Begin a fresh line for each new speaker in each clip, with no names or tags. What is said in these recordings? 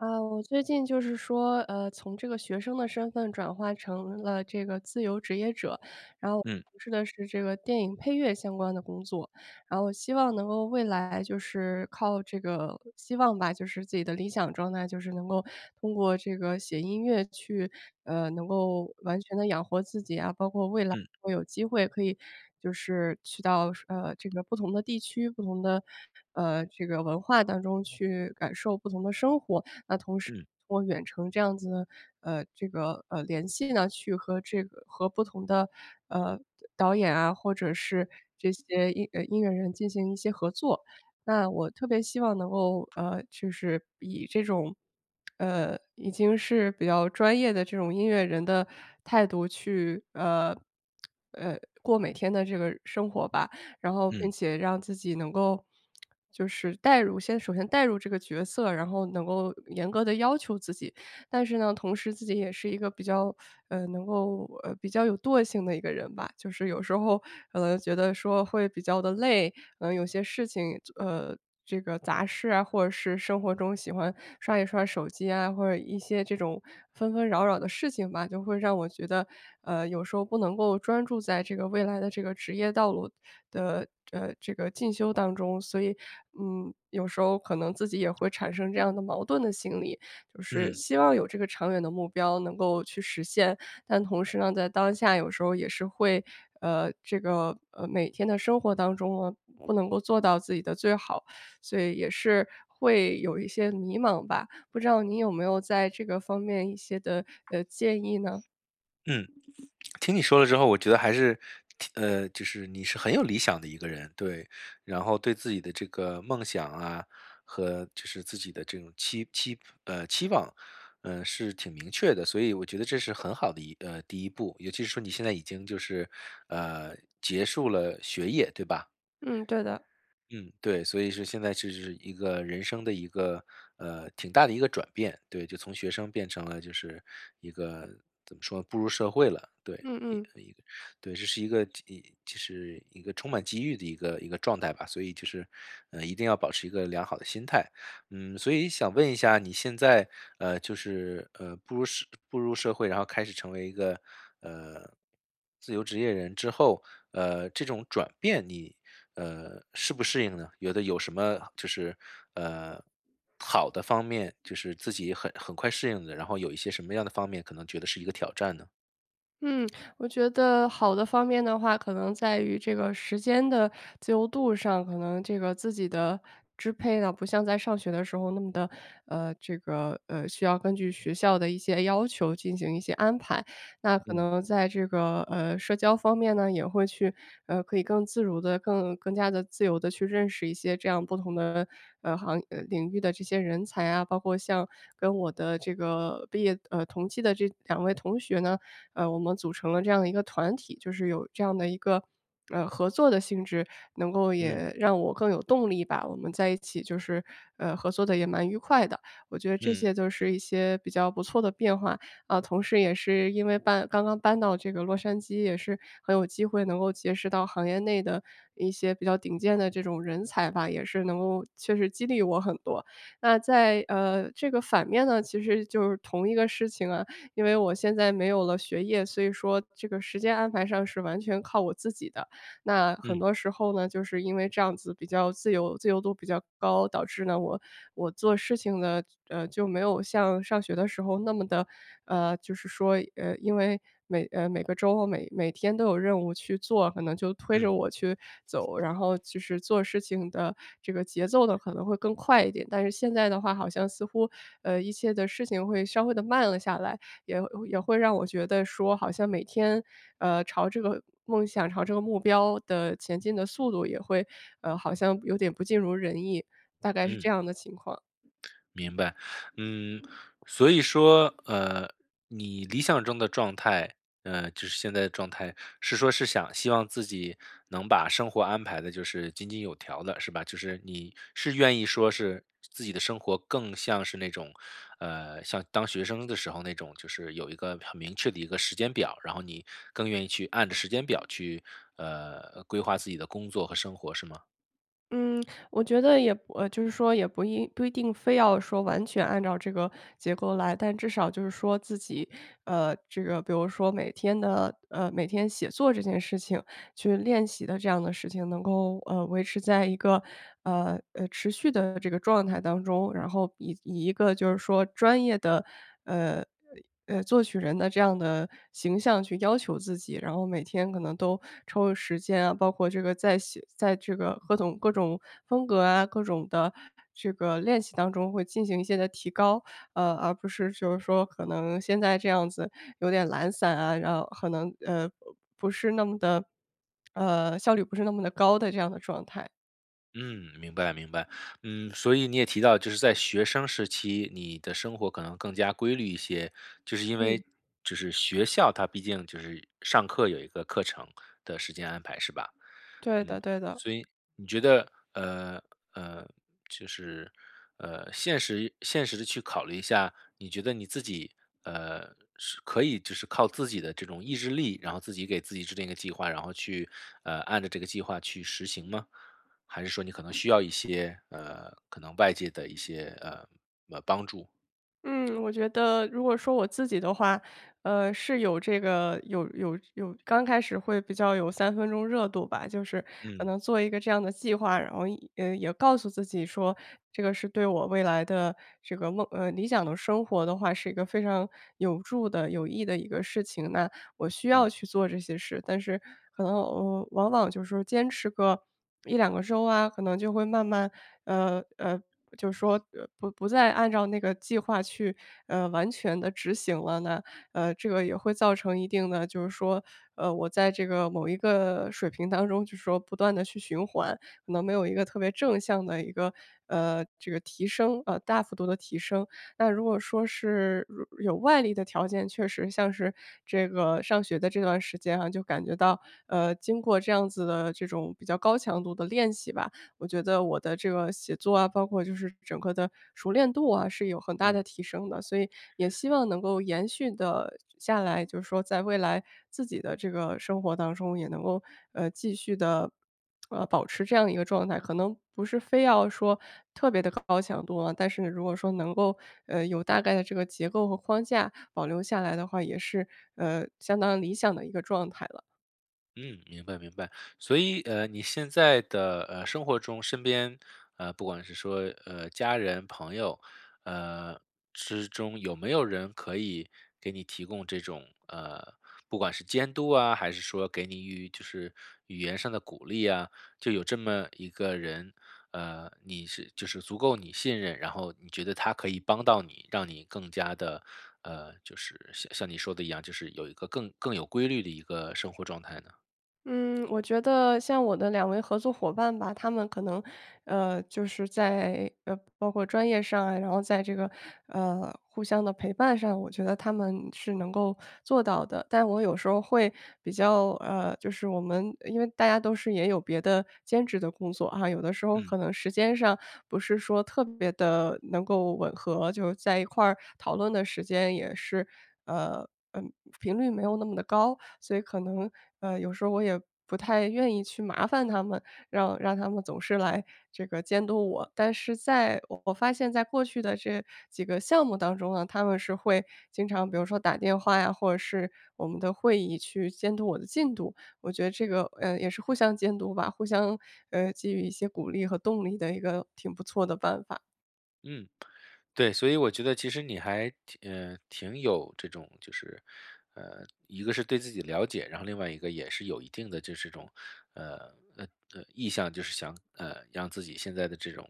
啊，我最近就是说，从这个学生的身份转化成了这个自由职业者，然后我
嗯
从事的是这个电影配乐相关的工作，然后我希望能够未来就是靠这个希望吧，就是自己的理想状态，就是能够通过这个写音乐去，能够完全的养活自己啊，包括未来
嗯
会有机会可以就是去到这个不同的地区、不同的这个文化当中去感受不同的生活。那同时
嗯
通过远程这样子的，这个，联系呢，去和不同的，呃，导演啊，或者是这些音乐人进行一些合作。那我特别希望能够，就是以这种，已经是比较专业的这种音乐人的态度去，过每天的这个生活吧。然后并
嗯
且让自己能够就是代入先首先代入这个角色，然后能够严格的要求自己，但是呢，同时自己也是一个比较，能够，比较有惰性的一个人吧。就是有时候可能觉得说会比较的累，有些事情，这个杂事啊，或者是生活中喜欢刷一刷手机啊，或者一些这种纷纷扰扰的事情吧，就会让我觉得，有时候不能够专注在这个未来的这个职业道路的，这个进修当中。所以，有时候可能自己也会产生这样的矛盾的心理。就是
嗯
希望有这个长远的目标能够去实现，但同时呢，在当下有时候也是会，这个，每天的生活当中呢，不能够做到自己的最好，所以也是会有一些迷茫吧。不知道您有没有在这个方面一些的，建议呢？
嗯，听你说了之后，我觉得还是就是你是很有理想的一个人，对，然后对自己的这个梦想啊，和就是自己的这种期望，是挺明确的，所以我觉得这是很好的第一步，尤其是说你现在已经就是呃结束了学业，对吧？
嗯，对的，
嗯，对，所以是现在这是一个人生的一个，挺大的一个转变，对，就从学生变成了就是一个怎么说，步入社会了，对，
嗯
一
嗯。
一个，对，这是一个就是一个充满机遇的一个状态吧，所以就是，一定要保持一个良好的心态。所以想问一下，你现在就是步入社会，然后开始成为一个呃自由职业人之后，这种转变你适不适应呢？觉得有什么就是呃好的方面，就是自己很快适应的，然后有一些什么样的方面可能觉得是一个挑战呢？
嗯，我觉得好的方面的话，可能在于这个时间的自由度上，可能这个自己的支配呢，不像在上学的时候那么的，这个需要根据学校的一些要求进行一些安排。那可
嗯
能在这个社交方面呢，也会去可以更自如的、更加的自由的去认识一些这样不同的领域的这些人才啊，包括像跟我的这个毕业同期的这两位同学呢。我们组成了这样的一个团体，就是有这样的一个，合作的性质，能够
嗯
也让我更有动力吧。我们在一起就是，合作的也蛮愉快的，我觉得这
嗯
些都是一些比较不错的变化。啊，同时也是因为刚刚搬到这个洛杉矶，也是很有机会能够结识到行业内的一些比较顶尖的这种人才吧，也是能够确实激励我很多。那在，这个反面呢，其实就是同一个事情啊，因为我现在没有了学业，所以说这个时间安排上是完全靠我自己的。那很
嗯
多时候呢，就是因为这样子比较自由度比较高，导致呢，我做事情呢，就没有像上学的时候那么的就是说，因为每个周、每天都有任务去做，可能就推着
嗯
我去走，然后就是做事情的这个节奏呢，可能会更快一点。但是现在的话，好像似乎，一切的事情会稍微的慢了下来，也也会让我觉得说，好像每天，朝这个梦想、朝这个目标的前进的速度也会，好像有点不尽如人意，大概是
嗯。
这样的情况。
明白。嗯，所以说，你理想中的状态，就是现在的状态，是说是想希望自己能把生活安排的就是井井有条的，是吧？就是你是愿意说是自己的生活更像是那种，像当学生的时候那种，就是有一个很明确的一个时间表，然后你更愿意去按着时间表去，规划自己的工作和生活，是吗？
嗯，我觉得也不呃，就是说也不一定非要说完全按照这个结构来，但至少就是说自己，这个比如说每天写作这件事情去练习的这样的事情，能够，维持在一个，持续的这个状态当中，然后以一个就是说专业的，呃作曲人的这样的形象去要求自己，然后每天可能都抽时间啊，包括这个在这个各种风格啊，各种的这个练习当中会进行一些的提高，而不是就是说可能现在这样子有点懒散啊，然后可能，不是那么的呃，效率不是那么的高的这样的状态。
嗯，明白明白。所以你也提到，就是在学生时期，你的生活可能更加规律一些，就是因
嗯。
为，就是学校它毕竟就是上课有一个课程的时间安排，是吧？
对的
嗯，
对的。
所以你觉得呃，就是现实的去考虑一下，你觉得你自己呃是可以就是靠自己的这种意志力，然后自己给自己制定一个计划，然后去按照这个计划去实行吗？还是说你可能需要一些，可能外界的一些，帮助？
嗯，我觉得如果说我自己的话，是有这个有有有刚开始会比较有三分钟热度吧，就是可
嗯，
能做一个这样的计划，然后也告诉自己说，这个是对我未来的这个理想的生活的话，是一个非常有助的、有益的一个事情。那我需要
嗯，
去做这些事。但是可能，我往往就是说坚持个一两个周啊，可能就会慢慢，呃，呃，就是说，不再按照那个计划去，完全的执行了呢，这个也会造成一定的就是说，我在这个某一个水平当中，就是说不断的去循环，可能没有一个特别正向的一个，这个提升，大幅度的提升。那如果说是如有外力的条件，确实像是这个上学的这段时间啊，就感觉到，经过这样子的这种比较高强度的练习吧，我觉得我的这个写作啊，包括就是整个的熟练度啊，是有很大的
嗯。
提升的。所以也希望能够延续的下来，就是说在未来自己的这个生活当中也能够，继续的保持这样一个状态。可能不是非要说特别的高强度啊，但是如果说能够，有大概的这个结构和框架保留下来的话，也是，相当理想的一个状态了。
嗯，明白明白。所以，你现在的生活中，身边不管是说家人、朋友，呃之中有没有人可以给你提供这种不管是监督啊，还是说给你语就是语言上的鼓励啊，就有这么一个人，你是就是足够你信任，然后你觉得他可以帮到你，让你更加的就是像你说的一样，就是有一个更有规律的一个生活状态呢？
嗯，我觉得像我的两位合作伙伴吧，他们可能，就是在包括专业上啊，然后在这个互相的陪伴上，我觉得他们是能够做到的。但我有时候会比较就是我们因为大家都是也有别的兼职的工作啊，有的时候
嗯
可能时间上不是说特别的能够吻合，就是在一块儿讨论的时间也是。呃，嗯，频率没有那么的高，所以可能，有时候我也不太愿意去麻烦他们，让他们总是来这个监督我。但是我发现在过去的这几个项目当中呢，他们是会经常比如说打电话呀，或者是我们的会议去监督我的进度。我觉得这个，也是互相监督吧，互相，给予一些鼓励和动力的一个挺不错的办法。
嗯，对，所以我觉得其实你还挺有这种就是，一个是对自己了解，然后另外一个也是有一定的就是这种呃呃意向，就是想让自己现在的这种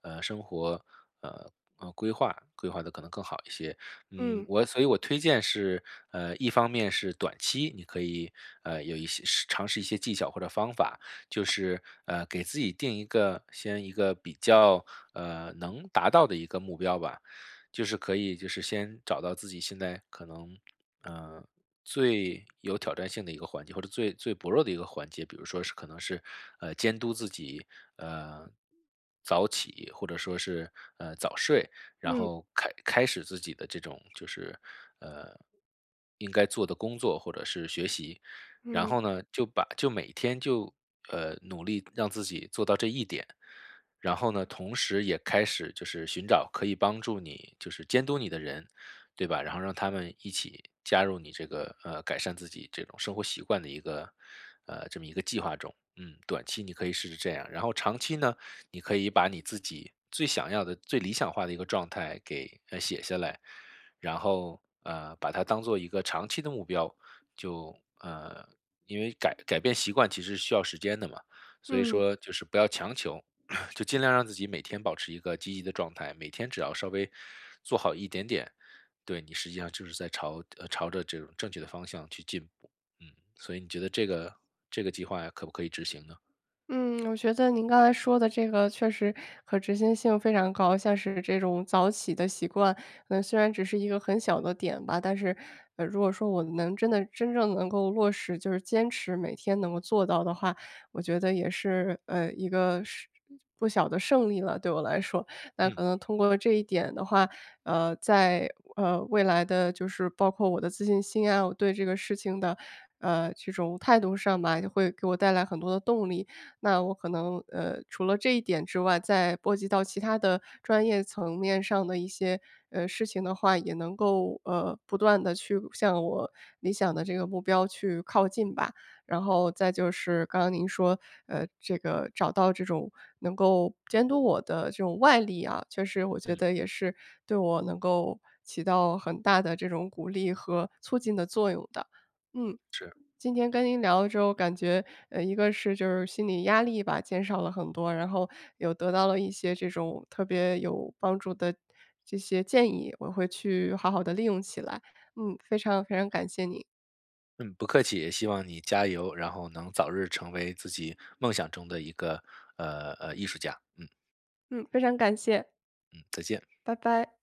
生活呃规划规划的可能更好一些。
嗯。
所以我推荐是一方面是短期你可以有一些尝试一些技巧或者方法，就是给自己定一个比较能达到的一个目标吧，就是可以就是先找到自己现在可能呃最有挑战性的一个环节，或者最薄弱的一个环节，比如说是可能是监督自己呃早起，或者说是早睡，然
嗯
后开始自己的这种就是呃应该做的工作或者是学习，
嗯
然
嗯
后呢，就把，就每天就努力让自己做到这一点，然后呢，同时也开始就是寻找可以帮助你就是监督你的人，对吧？然后让他们一起加入你这个改善自己这种生活习惯的这么一个计划中。嗯，短期你可以试试这样，然后长期呢，你可以把你自己最想要的、最理想化的一个状态给写下来，然后把它当做一个长期的目标。就呃，因为改变习惯其实需要时间的嘛，所以
嗯。
说就是不要强求，就尽量让自己每天保持一个积极的状态，每天只要稍微做好一点点，对你实际上就是在朝着这种正确的方向去进步。所以你觉得这个计划可不可以执行呢？
嗯，我觉得您刚才说的这个确实可执行性非常高，像是这种早起的习惯，虽然只是一个很小的点吧，但是，如果说我能真正能够落实，就是坚持每天能够做到的话，我觉得也是，一个是不小的胜利了，对我来说。那可
嗯
能通过这一点的话，在未来的就是包括我的自信心啊，我对这个事情的。这种态度上吧，就会给我带来很多的动力。那我可能，除了这一点之外，再波及到其他的专业层面上的一些，事情的话，也能够，不断的去向我理想的这个目标去靠近吧。然后再就是刚刚您说，这个找到这种能够监督我的这种外力啊，确实我觉
嗯，
得也是对我能够起到很大的这种鼓励和促进的作用的。嗯。
是。
今天跟您聊了之后，感觉，一个是就是心理压力吧，减少了很多，然后有得到了一些这种特别有帮助的这些建议，我会去好好的利用起来。嗯，非常非常感谢你，
嗯，不客气，也希望你加油，然后能早日成为自己梦想中的一个艺术家。嗯
嗯，非常感谢，
嗯，再见。
拜拜。